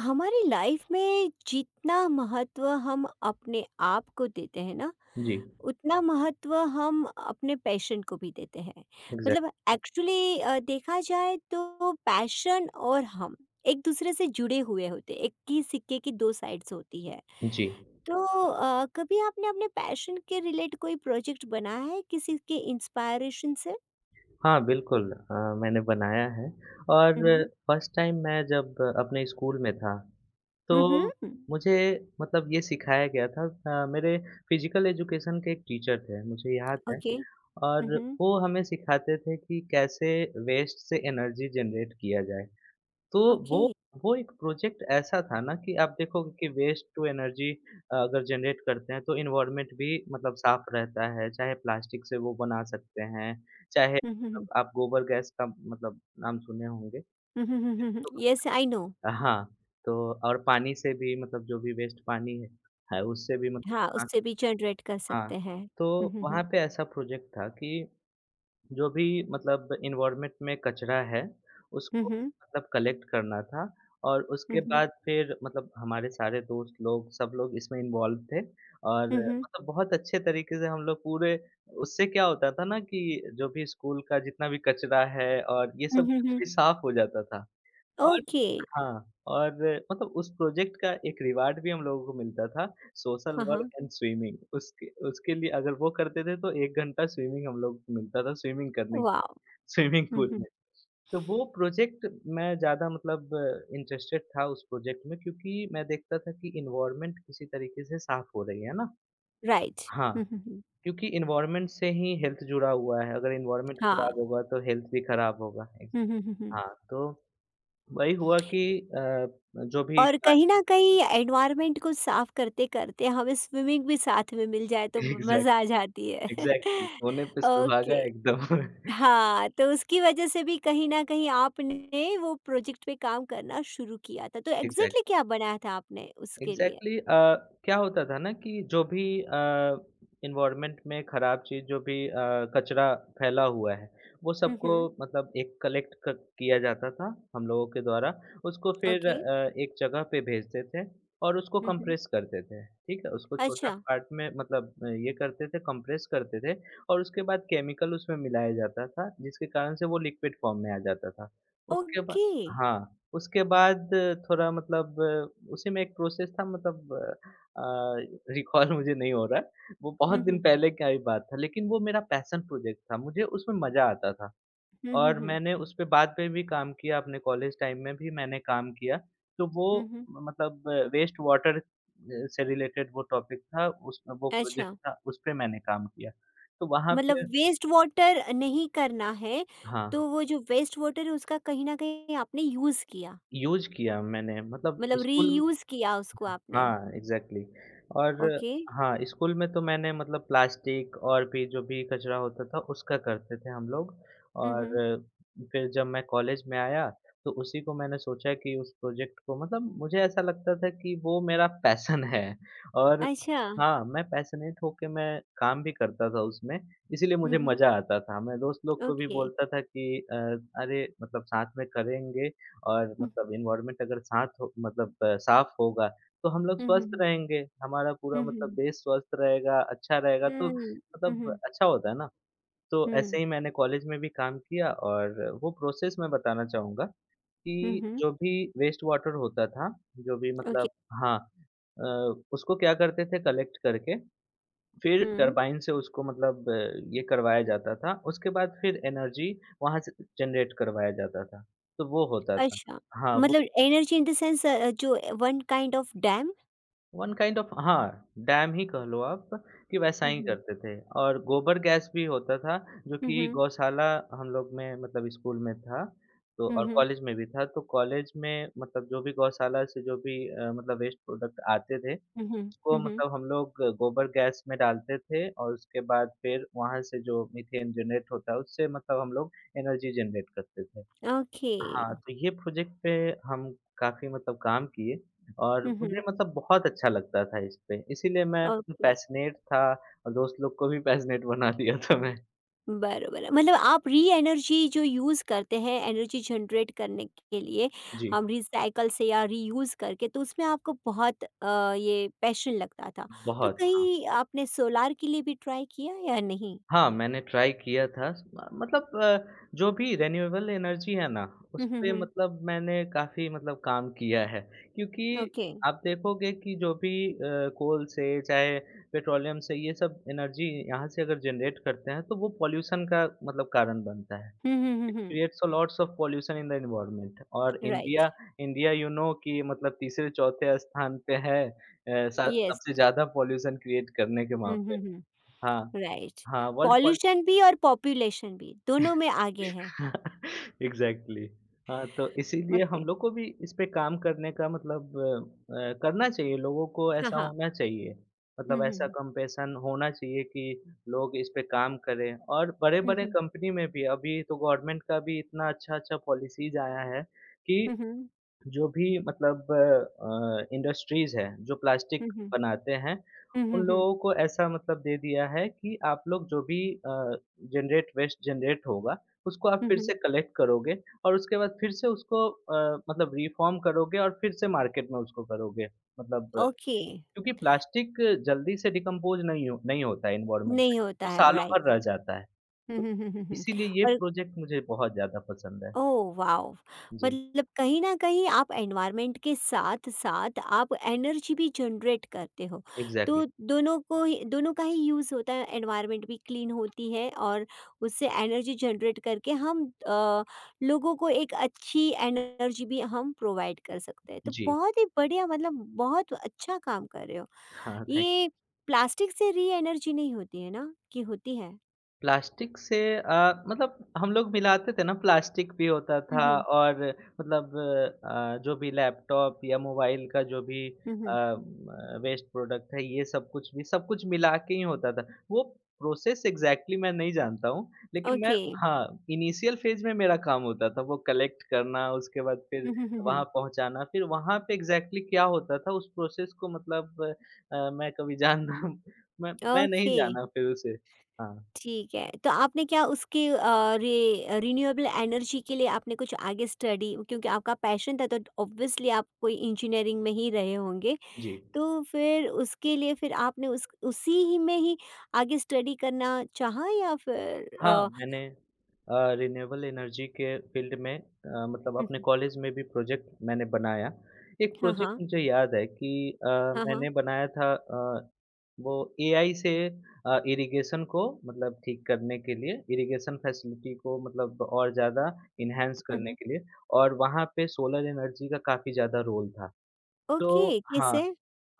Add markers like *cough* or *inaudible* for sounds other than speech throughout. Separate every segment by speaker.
Speaker 1: हमारी लाइफ में जितना महत्व हम अपने आप को देते हैं ना
Speaker 2: जी,
Speaker 1: उतना महत्व हम अपने पैशन को भी देते हैं।
Speaker 2: एग्ज़ैक्ट।
Speaker 1: मतलब एक्चुअली देखा जाए तो पैशन और हम एक दूसरे से जुड़े हुए होते हैं। एक ही सिक्के की दो साइड्स होती है।
Speaker 2: जी।
Speaker 1: तो कभी आपने अपने पैशन के रिलेट कोई प्रोजेक्ट बनाया है किसी के इंस्पायरेशन से?
Speaker 2: हाँ, बिल्कुल मैंने बनाया है। और
Speaker 1: हम्म।
Speaker 2: फर्स्ट टाइम मैं जब अपने स्कूल में था, तो
Speaker 1: हम्म।
Speaker 2: मुझे ये सिखाया गया था। मेरे फिज़िकल एजुकेशन के एक टीचर थे, मुझे याद है।
Speaker 1: ओके।
Speaker 2: और
Speaker 1: हम्म।
Speaker 2: वो हमें सिखाते थे कि कैसे वेस्ट से एनर्जी जनरेट किया जाए। तो
Speaker 1: ओके।
Speaker 2: वो वो एक प्रोजेक्ट ऐसा था ना कि आप देखोगे कि वेस्ट टू एनर्जी अगर जनरेट करते हैं तो एनवायरनमेंट भी मतलब साफ रहता है। चाहे प्लास्टिक से वो बना सकते हैं, चाहे मतलब
Speaker 1: हम्म।
Speaker 2: आप गोबर गैस का मतलब नाम सुने होंगे। तो
Speaker 1: यस आई नो।
Speaker 2: हाँ, तो और पानी से भी मतलब जो भी वेस्ट पानी है उससे भी मतलब
Speaker 1: हाँ,
Speaker 2: बना।
Speaker 1: उससे भी जनरेट कर
Speaker 2: हाँ,
Speaker 1: सकते हैं। हुँ,
Speaker 2: तो
Speaker 1: हुँ,
Speaker 2: वहाँ
Speaker 1: हुँ।
Speaker 2: पे ऐसा प्रोजेक्ट था कि जो भी मतलब एनवायरनमेंट में कचरा है,
Speaker 1: हुँ,
Speaker 2: उसको
Speaker 1: हुँ।
Speaker 2: मतलब कलेक्ट करना था। और
Speaker 1: हुँ,
Speaker 2: उसके
Speaker 1: हुँ।
Speaker 2: बाद फिर मतलब हमारे सारे दोस्त लोग, सब लोग इसमें इन्वॉल्व थे और
Speaker 1: हुँ, हुँ।
Speaker 2: मतलब बहुत अच्छे तरीके से हम लोग पूरे, उससे क्या होता था ना कि जो भी स्कूल का जितना भी कचरा है और ये
Speaker 1: हुँ,
Speaker 2: सब
Speaker 1: हुँ,
Speaker 2: कुछ
Speaker 1: हुँ।
Speaker 2: भी साफ हो जाता था। और
Speaker 1: ओके।
Speaker 2: हाँ, और मतलब उस प्रोजेक्ट का एक रिवार्ड भी हम लोगों को मिलता था, सोशल
Speaker 1: हाँ,
Speaker 2: वर्क
Speaker 1: हाँ।
Speaker 2: And swimming. उसके उसके लिए अगर वो करते थे तो 1 घंटा स्विमिंग हम लोग को मिलता था, स्विमिंग करने
Speaker 1: वॉव!
Speaker 2: स्विमिंग
Speaker 1: हुँ,
Speaker 2: पूल
Speaker 1: हुँ।
Speaker 2: में। तो वो प्रोजेक्ट मैं ज़्यादा मतलब इंटरेस्टेड था उस प्रोजेक्ट में, क्योंकि मैं देखता था कि एनवायरनमेंट किसी तरीके से साफ़ हो रही है ना?
Speaker 1: राइट।
Speaker 2: हाँ,
Speaker 1: हुँ, हुँ, हुँ।
Speaker 2: क्योंकि एनवायरनमेंट से ही हेल्थ जुड़ा हुआ है। अगर एनवायरनमेंट
Speaker 1: हाँ।
Speaker 2: खराब होगा तो हेल्थ भी खराब होगा। एक
Speaker 1: हुँ, हुँ, हुँ, हुँ।
Speaker 2: हाँ, तो वही हुआ कि अ, जो भी
Speaker 1: और कहीं न कहीं
Speaker 2: प्लास्टिक।
Speaker 1: एनवायरनमेंट को साफ करते-करते हमें स्विमिंग भी साथ में मिल जाए तो मज़ा आ
Speaker 2: एग्ज़ैक्ट।
Speaker 1: जाती है। *laughs*
Speaker 2: एग्ज़ैक्टली *laughs* सोने पे सुहागा
Speaker 1: ओके।
Speaker 2: एकदम। *laughs*
Speaker 1: हाँ, तो उसकी वज़ह से भी कहीं न कहीं आपने वो प्रोजेक्ट पे काम करना शुरू किया था। तो
Speaker 2: एग्ज़ैक्ट।
Speaker 1: एग्ज़ैक्टली क्या बनाया था आपने उसके लिए?
Speaker 2: एग्ज़ैक्टली। क्या होता था ना कि जो भी एनवायरनमेंट में ख़राब चीज़, जो भी कचरा फैला हुआ है, वो
Speaker 1: हुँ,
Speaker 2: सबको
Speaker 1: हुँ।
Speaker 2: मतलब एक कलेक्ट क किया जाता था हम लोगों के द्वारा। उसको फिर
Speaker 1: ओके।
Speaker 2: एक जगह पे भेजते थे और उसको
Speaker 1: हुँ, हुँ।
Speaker 2: कंप्रेस करते थे, ठीक है? उसको छोटा
Speaker 1: अच्छा।
Speaker 2: पार्ट में मतलब ये करते थे, कंप्रेस करते थे और उसके बाद केमिकल उसमें मिलाया जाता था, जिसके कारण से वो लिक्विड फॉर्म में आ जाता था। उसके बा
Speaker 1: ओके।
Speaker 2: हाँ, उसके बाद थोड़ा मतलब उसी में एक प्रोसेस था मतलब, रिकॉल *laughs* मुझे नहीं हो रहा है। वो बहुत
Speaker 1: हुँ,
Speaker 2: दिन
Speaker 1: हुँ।
Speaker 2: पहले का ही बात था, लेकिन वो मेरा पैशन प्रोजेक्ट था, मुझे उसमें मज़ा आता था।
Speaker 1: हुँ, हुँ,
Speaker 2: और
Speaker 1: हुँ।
Speaker 2: मैंने उस पे बाद में भी काम किया, अपने कॉलेज टाइम में भी मैंने काम किया। तो वो
Speaker 1: हुँ, हुँ।
Speaker 2: मतलब वेस्ट वाटर से रिलेटेड वो टॉपिक था, उस वो प्रोजेक्ट
Speaker 1: अच्छा,
Speaker 2: था, उस पे मैंने काम किया। तो वहाँ
Speaker 1: मतलब
Speaker 2: पे
Speaker 1: वेस्ट वाटर नहीं करना है,
Speaker 2: हाँ,
Speaker 1: तो वो जो वेस्ट वाटर है उसका कहीं न कहीं आपने यूज़ किया,
Speaker 2: यूज़ किया मैंने मतलब
Speaker 1: मतलब
Speaker 2: स्कूल।
Speaker 1: रीयूज़ किया उसको आपने।
Speaker 2: हाँ, एग्ज़ैक्टली। और
Speaker 1: ओके।
Speaker 2: हाँ, स्कूल में तो मैंने मतलब प्लास्टिक और भी जो भी कचरा होता था उसका करते थे हम लोग।
Speaker 1: हुँ,
Speaker 2: और
Speaker 1: हुँ।
Speaker 2: फिर जब मैं कॉलेज में आया तो उसी को मैंने सोचा कि उस प्रोजेक्ट को, मतलब मुझे ऐसा लगता था कि वो मेरा पैशन है। और
Speaker 1: अच्छा।
Speaker 2: हाँ, मैं पैशनेट होके मैं काम भी करता था उसमें, इसीलिए
Speaker 1: हुँ,
Speaker 2: मुझे
Speaker 1: हुँ।
Speaker 2: मज़ा आता था। मैं दोस्त लोग को भी
Speaker 1: ओके।
Speaker 2: बोलता था कि अरे मतलब साथ में करेंगे और
Speaker 1: हुँ, हुँ।
Speaker 2: मतलब एनवायरनमेंट अगर साथ हो मतलब साफ होगा तो हम लोग
Speaker 1: हुँ, हुँ,
Speaker 2: स्वस्थ
Speaker 1: हुँ।
Speaker 2: रहेंगे, हमारा पूरा
Speaker 1: हुँ, हुँ,
Speaker 2: मतलब
Speaker 1: हुँ।
Speaker 2: देश स्वस्थ रहेगा, अच्छा रहेगा तो
Speaker 1: हुँ, हुँ,
Speaker 2: मतलब
Speaker 1: हुँ।
Speaker 2: अच्छा होता है ना? तो ऐसे
Speaker 1: हुँ।
Speaker 2: ही मैंने कॉलेज में भी काम किया और वो प्रोसेस मैं बताना चाहूँगा
Speaker 1: हुँ,
Speaker 2: कि
Speaker 1: हुँ।
Speaker 2: जो भी वेस्ट वाटर होता था, जो भी
Speaker 1: ओके।
Speaker 2: मतलब हाँ अ, उसको क्या करते थे, कलेक्ट करके फिर
Speaker 1: हुँ।
Speaker 2: टरबाइन से उसको मतलब ये करवाया जाता था, उसके बाद फिर एनर्जी वहाँ से जनरेट करवाया जाता था, तो वो होता था।
Speaker 1: अच्छा,
Speaker 2: हाँ, वो
Speaker 1: मतलब एनर्जी इन द सेंस जो one kind of dam?
Speaker 2: One kind of हाँ, डैम ही कह लो आप कि वैसा
Speaker 1: हुँ,
Speaker 2: ही
Speaker 1: हुँ।
Speaker 2: करते थे। और गोबर गैस भी होता था, जो
Speaker 1: हुँ,
Speaker 2: कि
Speaker 1: हुँ।
Speaker 2: गौशाला हम लोग में मतलब स्कूल में था, तो
Speaker 1: हुँ,
Speaker 2: और
Speaker 1: हुँ।
Speaker 2: कॉलेज में भी था। तो कॉलेज में मतलब जो भी गौशाला से जो भी मतलब वेस्ट प्रोडक्ट आते थे,
Speaker 1: हुँ, हुँ।
Speaker 2: उसको
Speaker 1: हुँ, हुँ।
Speaker 2: मतलब हम लोग गोबर गैस में डालते थे और उसके बाद फिर वहाँ से जो मीथेन जनरेट होता है उससे मतलब हम लोग एनर्जी जनरेट करते थे।
Speaker 1: ओके।
Speaker 2: हाँ, तो ये प्रोजेक्ट पे हम काफ़ी मतलब काम किए और
Speaker 1: हं, हं।
Speaker 2: मुझे मतलब बहुत अच्छा लगता था इस पे, इसीलिए मैं मतलब
Speaker 1: ओके।
Speaker 2: पैशनेट था। और दोस्त लोग को भी पैशनेट बना दिया था मैं।
Speaker 1: बरोबर। मतलब आप री-एनर्जी जो यूज़ करते हैं, एनर्जी जनरेट करने के लिए,
Speaker 2: जी,
Speaker 1: हम रिसाइकल से या रीयूज़ करके, तो उसमें आपको बहुत ये पैशन लगता था। तो
Speaker 2: बहुत, हाँ।
Speaker 1: कहीं आपने सोलार के लिए भी ट्राई किया या नहीं?
Speaker 2: हाँ, मैंने ट्राई किया था, म मतलब जो भी रिन्यूएबल एनर्जी है ना,
Speaker 1: हुँ, हुँ,
Speaker 2: उसपे
Speaker 1: हुँ।
Speaker 2: मतलब मैंने काफ़ी मतलब काम किया है। क्योंकि
Speaker 1: ओके।
Speaker 2: आप देखोगे कि जो भी कोल से चाहे पेट्रोलियम से ये सब एनर्जी यहाँ से अगर जनरेट करते हैं, तो वो पॉल्यूशन का मतलब कारण बनता है।
Speaker 1: हुँ, हुँ, हुँ,
Speaker 2: इट
Speaker 1: हुँ।
Speaker 2: Creates a lots of pollution in the environment. और
Speaker 1: right.
Speaker 2: India India you know कि मतलब तीसरे-चौथे स्थान पे है, अ, सा
Speaker 1: येस।
Speaker 2: सबसे ज़्यादा पॉल्यूशन क्रिएट करने के
Speaker 1: हुँ,
Speaker 2: मामले
Speaker 1: हुँ,
Speaker 2: में।
Speaker 1: हुँ।
Speaker 2: हाँ,
Speaker 1: राइट।
Speaker 2: हाँ, वर्ल्ड पॉ
Speaker 1: पॉल्यूशन भी और पॉपुलेशन भी, दोनों में आगे है।
Speaker 2: *laughs* एग्ज़ैक्टली। हाँ, तो इसीलिए
Speaker 1: ओके।
Speaker 2: हम लोग को भी इस पे काम करने का मतलब करना चाहिए, लोगों को
Speaker 1: हाँ,
Speaker 2: ऐसा
Speaker 1: हाँ।
Speaker 2: होना चाहिए।
Speaker 1: हुँ,
Speaker 2: मतलब
Speaker 1: हुँ,
Speaker 2: ऐसा
Speaker 1: हुँ।
Speaker 2: कंपेशन होना चाहिए कि लोग इस पे काम करें। और
Speaker 1: हुँ,
Speaker 2: बड़े-बड़े
Speaker 1: हुँ।
Speaker 2: कंपनी में भी अभी तो गवर्नमेंट का भी इतना अच्छा-अच्छा पॉलिसीज़ आया है कि
Speaker 1: हुँ, हुँ।
Speaker 2: जो भी मतलब इंडस्ट्रीज़ है, जो
Speaker 1: हुँ,
Speaker 2: प्लास्टिक
Speaker 1: हुँ।
Speaker 2: बनाते हैं,
Speaker 1: हुँ,
Speaker 2: उन
Speaker 1: हुँ, हुँ।
Speaker 2: लोगों को ऐसा मतलब दे दिया है कि आप लोग जो भी जनरेट वेस्ट जनरेट होगा, उसको आप
Speaker 1: हुँ,
Speaker 2: फिर
Speaker 1: हुँ।
Speaker 2: से कलेक्ट करोगे और उसके बाद फिर से उसको मतलब रिफ़ॉर्म करोगे और फिर से मार्केट में उसको करोगे। मतलब
Speaker 1: ओके।
Speaker 2: क्योंकि प्लास्टिक जल्दी से डिकम्पोज़ नहीं होता है एनवायरनमेंट में,
Speaker 1: नहीं होता
Speaker 2: वो
Speaker 1: है,
Speaker 2: सालों
Speaker 1: राइट।
Speaker 2: भर रह जाता है।
Speaker 1: हुँ,
Speaker 2: तो
Speaker 1: हुँ, हुँ, हुँ, हुँ।
Speaker 2: इसीलिए ये
Speaker 1: और
Speaker 2: प्रोजेक्ट मुझे बहुत ज़्यादा पसंद है।
Speaker 1: Oh wow!
Speaker 2: जी,
Speaker 1: मतलब कहीं न कहीं आप एनवायरनमेंट के साथ-साथ आप एनर्जी भी जनरेट करते हो।
Speaker 2: एग्ज़ैक्टली।
Speaker 1: तो दोनों को ही दोनों का ही यूज़ होता है, एनवायरनमेंट भी क्लीन होती है और उससे एनर्जी जनरेट करके हम लोगों को एक अच्छी एनर्जी भी हम प्रोवाइड कर सकते हैं। तो
Speaker 2: जी।
Speaker 1: बहुत ही बढ़िया, मतलब बहुत अच्छा काम कर रहे हो।
Speaker 2: हाँ, थैंक।
Speaker 1: ये प्लास्टिक से री एनर्जी नहीं होती है ना, कि होती है?
Speaker 2: प्लास्टिक से मतलब हम लोग मिलाते थे ना, प्लास्टिक भी होता
Speaker 1: हुँ,
Speaker 2: था
Speaker 1: हुँ।
Speaker 2: और मतलब जो भी लैपटॉप या मोबाइल का जो भी
Speaker 1: हुँ, हुँ।
Speaker 2: वेस्ट प्रोडक्ट है, ये सब कुछ भी सब कुछ मिला के ही होता था। वो प्रोसेस एग्जैक्टली exactly मैं नहीं जानता हूँ, लेकिन मैं
Speaker 1: ओके।
Speaker 2: हाँ इनिशियल फेज में मेरा काम होता था वो कलेक्ट करना, उसके बाद फिर
Speaker 1: हुँ, हुँ, हुँ,
Speaker 2: वहाँ
Speaker 1: हुँ।
Speaker 2: पहुँचाना, फिर वहाँ पे एग्जैक्टली exactly क्या होता था उस प्रोसेस को मतलब मैं कभी जानना *laughs* मैं नहीं
Speaker 1: ओके,
Speaker 2: जाना फिर उसे। हाँ
Speaker 1: ठीक है। तो आपने क्या उसके अ, रे रिन्यूएबल एनर्जी के लिए आपने कुछ आगे स्टडी, क्योंकि आपका पैशन था तो ऑब्वियसली आप कोई इंजीनियरिंग में ही रहे होंगे।
Speaker 2: जी।
Speaker 1: तो फिर उसके लिए फिर आपने उस उसी ही में ही आगे स्टडी करना चाहा या फिर
Speaker 2: हाँ, मैंने रिन्यूएबल एनर्जी के फ़ील्ड में मतलब
Speaker 1: हुँ,
Speaker 2: अपने
Speaker 1: हुँ।
Speaker 2: कॉलेज में भी प्रोजेक्ट मैंने बनाया। एक
Speaker 1: हाँ,
Speaker 2: प्रोजेक्ट
Speaker 1: हाँ।
Speaker 2: मुझे याद है कि अ,
Speaker 1: हाँ, हाँ।
Speaker 2: मैंने बनाया था, वो एआई से इरिगेशन को मतलब ठीक करने के लिए, इरिगेशन फैसिलिटी को मतलब और ज़्यादा एनहांस
Speaker 1: हुँ,
Speaker 2: करने
Speaker 1: हुँ।
Speaker 2: के लिए। और वहाँ पे सोलर एनर्जी का काफ़ी ज़्यादा रोल था। तो
Speaker 1: ओके,
Speaker 2: हाँ,
Speaker 1: कैसे?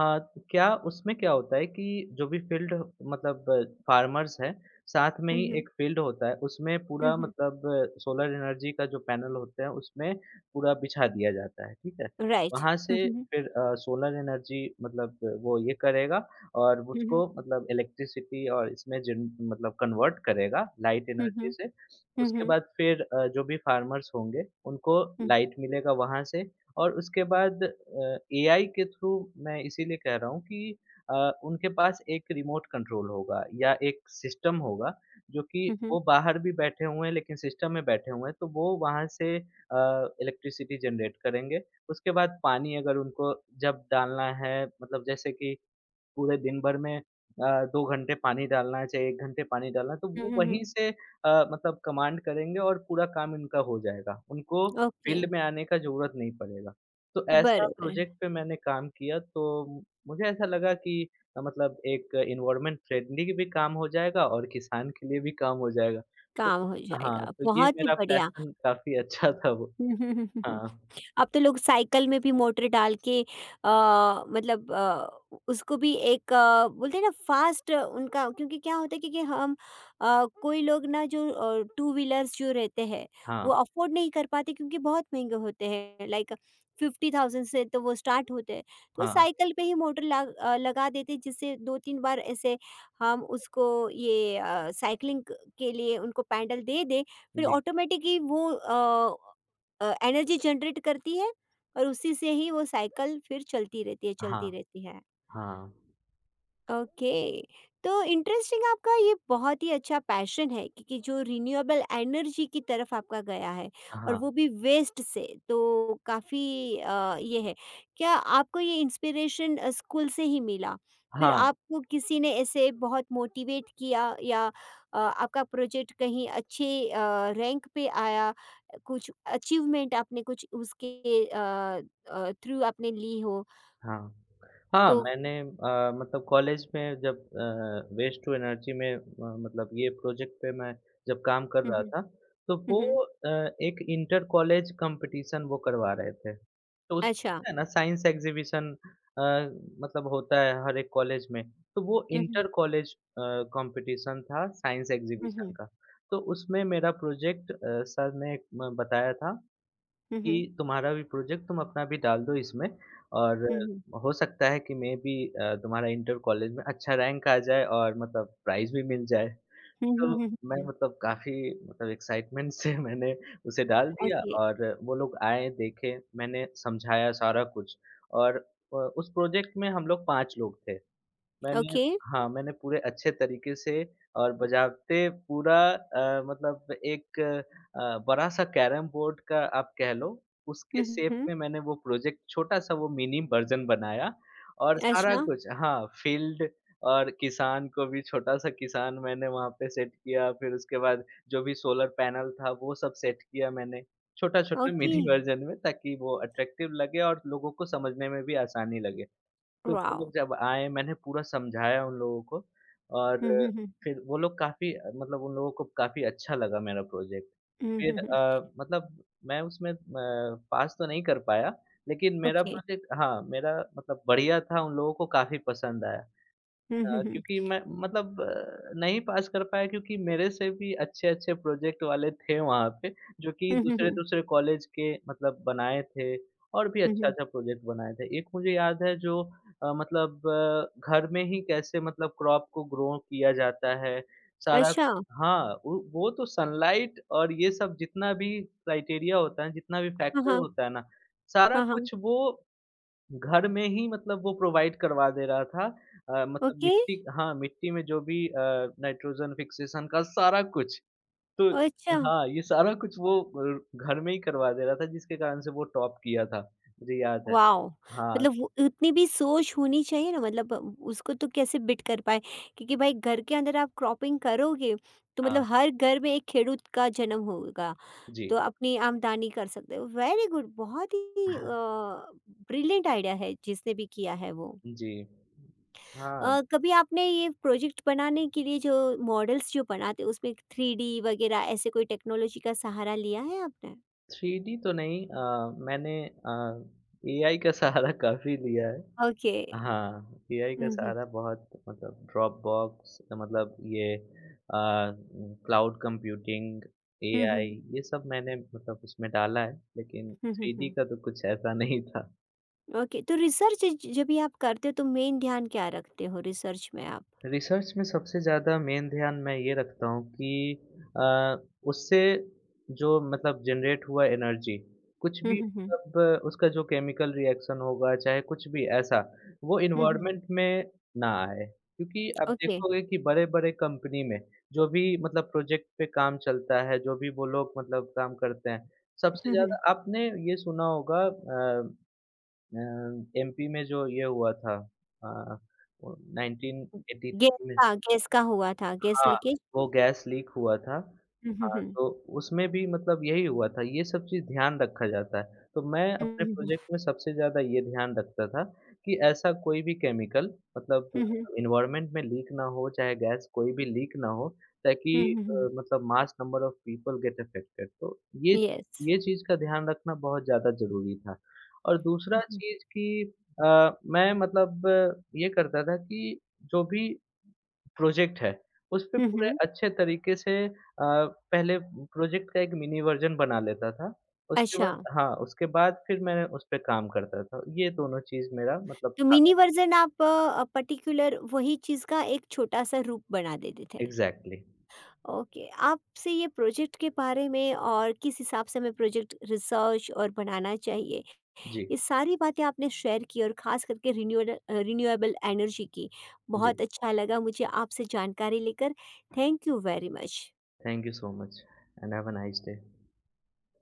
Speaker 2: हाँ, तो क्या उसमें क्या होता है कि जो भी फ़ील्ड मतलब फ़ार्मर्स हैं, साथ में
Speaker 1: हुँ,
Speaker 2: ही
Speaker 1: हुँ।
Speaker 2: एक फ़ील्ड होता है, उसमें
Speaker 1: हुँ,
Speaker 2: पूरा
Speaker 1: हुँ।
Speaker 2: मतलब सोलर एनर्जी का जो पैनल होते हैं, उसमें पूरा बिछा दिया जाता है, ठीक है?
Speaker 1: राइट।
Speaker 2: वहाँ
Speaker 1: हुँ,
Speaker 2: से
Speaker 1: हुँ, हुँ।
Speaker 2: फिर सोलर एनर्जी मतलब वो ये करेगा और
Speaker 1: हुँ, हुँ।
Speaker 2: उसको मतलब इलेक्ट्रिसिटी और इसमें जिन मतलब कन्वर्ट करेगा लाइट
Speaker 1: हुँ,
Speaker 2: एनर्जी से। उसके
Speaker 1: हुँ।
Speaker 2: बाद फिर जो भी फ़ार्मर्स होंगे, उनको
Speaker 1: हुँ, हुँ।
Speaker 2: लाइट मिलेगा वहाँ से। और उसके बाद एआई के थ्रू, मैं इसीलिए कह रहा हूँ कि उनके पास एक रिमोट कंट्रोल होगा या एक सिस्टम होगा, जो कि
Speaker 1: हुँ, हुँ, हुँ।
Speaker 2: वो बाहर भी बैठे हुए हैं लेकिन सिस्टम में बैठे हुए हैं, तो वो वहाँ से इलेक्ट्रिसिटी जनरेट करेंगे। उसके बाद पानी अगर उनको जब डालना है मतलब जैसे कि पूरे दिन भर में अ, 2 घंटे पानी डालना है, चाहे 1 घंटे पानी डालना है, तो
Speaker 1: हुँ,
Speaker 2: वो
Speaker 1: हुँ, हुँ।
Speaker 2: वहीं से मतलब कमांड करेंगे और पूरा काम इनका हो जाएगा। उनको
Speaker 1: ओके।
Speaker 2: फील्ड में आने का ज़रूरत नहीं पड़ेगा। तो
Speaker 1: बरोबर,
Speaker 2: ऐसा प्रोजेक्ट पे मैंने काम किया। तो मुझे ऐसा लगा कि मतलब एक एनवायरनमेंट फ्रेंडली भी काम हो जाएगा और किसान के लिए भी काम हो जाएगा। तो
Speaker 1: काम हो
Speaker 2: हाँ,
Speaker 1: जाएगा,
Speaker 2: तो ये
Speaker 1: बहुत ही
Speaker 2: मेरा
Speaker 1: बढ़िया।
Speaker 2: पैशन काफ़ी अच्छा था वो।
Speaker 1: *laughs* हम्म।
Speaker 2: हाँ,
Speaker 1: अब तो लोग साइकिल में भी मोटर डाल के अ, मतलब अ, उसको भी एक बोलते हैं ना फास्ट उनका, क्योंकि क्या होता है कि, हम कोई लोग ना जो टू व्हीलर्स जो रहते हैं
Speaker 2: हाँ,
Speaker 1: वो अफोर्ड नहीं कर पाते क्योंकि बहुत महंगे होते हैं, लाइक 50,000 से तो वो स्टार्ट होते हैं। तो वो
Speaker 2: हाँ,
Speaker 1: साइकिल पे ही मोटर लगा देते हैं, जिससे दो तीन बार ऐसे हम उसको ये साइकिलिंग के लिए उनको पैडल दे दे, फिर
Speaker 2: जी।
Speaker 1: ऑटोमेटिकली वो एनर्जी जनरेट करती है और उसी से ही वो साइकिल फिर चलती रहती है, चलती
Speaker 2: हाँ,
Speaker 1: रहती है।
Speaker 2: हाँ,
Speaker 1: ओके, तो इंटरेस्टिंग, आपका ये बहुत ही अच्छा पैशन है क्योंकि जो रिन्यूएबल एनर्जी की तरफ आपका गया है और
Speaker 2: हाँ,
Speaker 1: वो भी वेस्ट से तो काफ़ी। ये है क्या, आपको ये इंस्पिरेशन स्कूल से ही मिला, फिर
Speaker 2: हाँ।
Speaker 1: आपको किसी ने ऐसे बहुत मोटिवेट किया, या आपका प्रोजेक्ट कहीं अच्छे रैंक पे आया, कुछ अचीवमेंट आपने कुछ उसके थ्रू आपने ली हो?
Speaker 2: हाँ। हाँ,
Speaker 1: तो
Speaker 2: मैंने मतलब कॉलेज में जब वेस्ट टू एनर्जी में म मतलब ये प्रोजेक्ट पे मैं जब काम कर
Speaker 1: हम्म,
Speaker 2: रहा
Speaker 1: हम्म,
Speaker 2: था, तो
Speaker 1: हम्म,
Speaker 2: वो एक इंटर कॉलेज कॉम्पिटिशन वो करवा रहे थे। तो उसमें
Speaker 1: अच्छा।
Speaker 2: होता है ना साइंस एग्ज़िबिशन, अ, मतलब होता है हर एक कॉलेज में, तो वो इंटर कॉलेज कॉम्पिटिशन था साइंस एग्ज़िबिशन
Speaker 1: Mhm.
Speaker 2: का। तो उसमें मेरा प्रोजेक्ट सर ने म बताया था
Speaker 1: Mhm.
Speaker 2: कि तुम्हारा भी प्रोजेक्ट तुम अपना भी डाल दो इसमें और
Speaker 1: Mhm.
Speaker 2: हो सकता है कि मैं भी तुम्हारा इंटर कॉलेज में अच्छा रैंक आ जाए और मतलब प्राइज़ भी मिल जाए।
Speaker 1: Mhm,
Speaker 2: तो
Speaker 1: mhm, mhm,
Speaker 2: मैं
Speaker 1: mhm.
Speaker 2: मतलब काफ़ी मतलब एक्साइटमेंट से *laughs* मैंने उसे डाल दिया
Speaker 1: Okay.
Speaker 2: और वो लोग आए, देखे, मैंने समझाया सारा कुछ। और उस प्रोजेक्ट में हम लोग 5 लोग थे। मैंने
Speaker 1: Okay.
Speaker 2: हाँ, मैंने पूरे अच्छे तरीके से और बजाते पूरा मतलब एक बड़ा-सा कैरम बोर्ड का आप कह लो, उसके शेप
Speaker 1: Mhm.
Speaker 2: में मैंने वो प्रोजेक्ट छोटा-सा वो मिनी वर्ज़न बनाया और सारा
Speaker 1: अच्छा,
Speaker 2: कुछ हाँ, फील्ड और किसान को भी छोटा-सा किसान मैंने वहाँ पे सेट किया, फिर उसके बाद जो भी सोलर पैनल था, वो सब सेट किया मैंने, छोटा-छोटा
Speaker 1: ओके,
Speaker 2: मिनी वर्ज़न में, ताकि वो अट्रैक्टिव लगे और लोगों को समझने में भी आसानी लगे। तो वो लोग
Speaker 1: वॉव!
Speaker 2: जब आए मैंने पूरा समझाया उन लोगों को। और
Speaker 1: हुँ, हुँ, हुँ।
Speaker 2: फिर वो लोग काफ़ी मतलब उन लोगों को काफ़ी अच्छा लगा मेरा प्रोजेक्ट।
Speaker 1: हुँ,
Speaker 2: फिर
Speaker 1: हुँ, हुँ।
Speaker 2: मतलब मैं उसमें पास तो नहीं कर पाया, लेकिन मेरा
Speaker 1: ओके।
Speaker 2: प्रोजेक्ट हाँ, मेरा मतलब बढ़िया था, उन लोगों को काफ़ी पसंद आया।
Speaker 1: हुँ, हुँ, हुँ।
Speaker 2: क्योंकि मैं मतलब नहीं पास कर पाया, क्योंकि मेरे से भी अच्छे-अच्छे प्रोजेक्ट वाले थे वहाँ पे, जो कि
Speaker 1: हुँ, हुँ, हुँ।
Speaker 2: दूसरे-दूसरे कॉलेज के मतलब बनाए थे और भी
Speaker 1: हुँ, हुँ।
Speaker 2: अच्छा-अच्छा प्रोजेक्ट बनाए थे। एक मुझे याद है जो घर में ही कैसे मतलब क्रॉप को ग्रो किया जाता है, सारा
Speaker 1: अच्छा,
Speaker 2: हाँ, वो तो सनलाइट और ये सब जितना भी क्राइटेरिया होता है, जितना भी
Speaker 1: हाँ,
Speaker 2: फैक्टर
Speaker 1: हाँ।
Speaker 2: होता है ना, सारा
Speaker 1: हाँ, हाँ।
Speaker 2: कुछ वो घर में ही मतलब वो प्रोवाइड करवा दे रहा था। मतलब
Speaker 1: ओके,
Speaker 2: मिट्टी हाँ, मिट्टी में जो भी नाइट्रोजन फिक्सेशन का सारा कुछ। तो
Speaker 1: अच्छा,
Speaker 2: हाँ, ये सारा कुछ वो घर में ही करवा दे रहा था, जिसके कारण से वो टॉप किया था। मुझे याद है।
Speaker 1: वॉव!
Speaker 2: हाँ,
Speaker 1: मतलब वो उतनी भी सोच होनी चाहिए ना, मतलब उसको तो कैसे बिट कर पाए, क्योंकि भाई घर के अंदर आप क्रॉपिंग करोगे तो
Speaker 2: हाँ।
Speaker 1: मतलब हर घर में एक खेडूत का जन्म होगा।
Speaker 2: जी।
Speaker 1: तो अपनी आमदनी कर सकते हो। वेरी गुड, बहुत ही
Speaker 2: *laughs*
Speaker 1: ब्रिलियंट आइडिया है जिसने भी किया है वो।
Speaker 2: जी। हाँ,
Speaker 1: कभी आपने ये प्रोजेक्ट बनाने के लिए जो मॉडल्स जो बनाते उसमें 3D वगैरह ऐसे कोई टेक्नोलॉजी का सहारा लिया है आपने?
Speaker 2: 3D तो नहीं मैंने एआई का सहारा काफ़ी लिया है।
Speaker 1: ओके।
Speaker 2: हाँ, एआई का
Speaker 1: हम्म। हम्म।
Speaker 2: सहारा बहुत मतलब ड्रॉपबॉक्स मतलब ये क्लाउड कंप्यूटिंग, एआई,
Speaker 1: हम्म।
Speaker 2: ये सब मैंने मतलब उसमें डाला है, लेकिन
Speaker 1: हम्म।
Speaker 2: थ्रीडी
Speaker 1: हम्म।
Speaker 2: का तो कुछ ऐसा नहीं था।
Speaker 1: ओके, तो रिसर्च जब भी आप करते हो तो मेन ध्यान क्या रखते हो रिसर्च में आप?
Speaker 2: रिसर्च में सबसे ज़्यादा मेन ध्यान मैं ये रखता हूँ कि अ, उससे जो मतलब जनरेट हुआ एनर्जी कुछ
Speaker 1: हम्म।
Speaker 2: भी
Speaker 1: हम्म।
Speaker 2: मतलब उसका जो केमिकल रिएक्शन होगा, चाहे कुछ भी ऐसा, वो
Speaker 1: हम्म। हम्म।
Speaker 2: इन्वायरमेंट में ना आए, क्योंकि आप
Speaker 1: ओके।
Speaker 2: देखोगे कि बड़े-बड़े कंपनी में जो भी मतलब प्रोजेक्ट पे काम चलता है, जो भी वो लोग मतलब काम करते हैं, सबसे
Speaker 1: हम्म। हम्म।
Speaker 2: ज़्यादा आपने ये सुना होगा अ, एमपी में जो ये हुआ था अ,
Speaker 1: गैस
Speaker 2: 1983 में।
Speaker 1: का, गैस का हुआ था, गैस
Speaker 2: हाँ,
Speaker 1: लीकेज।
Speaker 2: वो गैस लीक हुआ था।
Speaker 1: हम्म। हम्म।
Speaker 2: हाँ,
Speaker 1: हम्म।
Speaker 2: तो उसमें भी मतलब यही हुआ था, ये सब चीज़ ध्यान रखा जाता है। तो मैं अपने
Speaker 1: हम्म।
Speaker 2: प्रोजेक्ट में सबसे ज़्यादा ये ध्यान रखता था कि ऐसा कोई भी केमिकल मतलब
Speaker 1: हम्म। हम्म।
Speaker 2: एनवायरनमेंट में लीक ना हो, चाहे गैस कोई भी लीक ना हो,
Speaker 1: हुँ,
Speaker 2: ताकि
Speaker 1: हुँ, हुँ।
Speaker 2: मतलब mass number of people get affected. तो ये च
Speaker 1: यस।
Speaker 2: ये चीज़ का ध्यान रखना बहुत ज़्यादा ज़रूरी था। और दूसरा
Speaker 1: हुँ, हुँ।
Speaker 2: चीज़ कि मैं मतलब ये करता था कि जो भी प्रोजेक्ट है, उसपे
Speaker 1: हुँ,
Speaker 2: पूरे
Speaker 1: हुँ।
Speaker 2: अच्छे तरीके से पहले प्रोजेक्ट का एक मिनी वर्ज़न बना लेता था। उसके
Speaker 1: अच्छा,
Speaker 2: बाद हाँ, उसके बाद फिर मैं उसपे काम करता था। ये दोनों चीज़ मेरा मतलब
Speaker 1: तो
Speaker 2: था।
Speaker 1: मिनी वर्ज़न आप पर्टिक्युलर वही चीज़ का एक छोटा-सा रूप बना देते थे।
Speaker 2: एग्ज़ैक्टली।
Speaker 1: ओके, आपसे ये प्रोजेक्ट के बारे में और किस हिसाब से हमें प्रोजेक्ट रिसर्च और बनाना चाहिए,
Speaker 2: जी,
Speaker 1: ये सारी बातें आपने शेयर की और ख़ास करके रिन्यूएबल एनर्जी की।
Speaker 2: जी।
Speaker 1: बहुत अच्छा लगा मुझे आपसे जानकारी लेकर। Thank you very much.
Speaker 2: Thank you so much and have a nice day.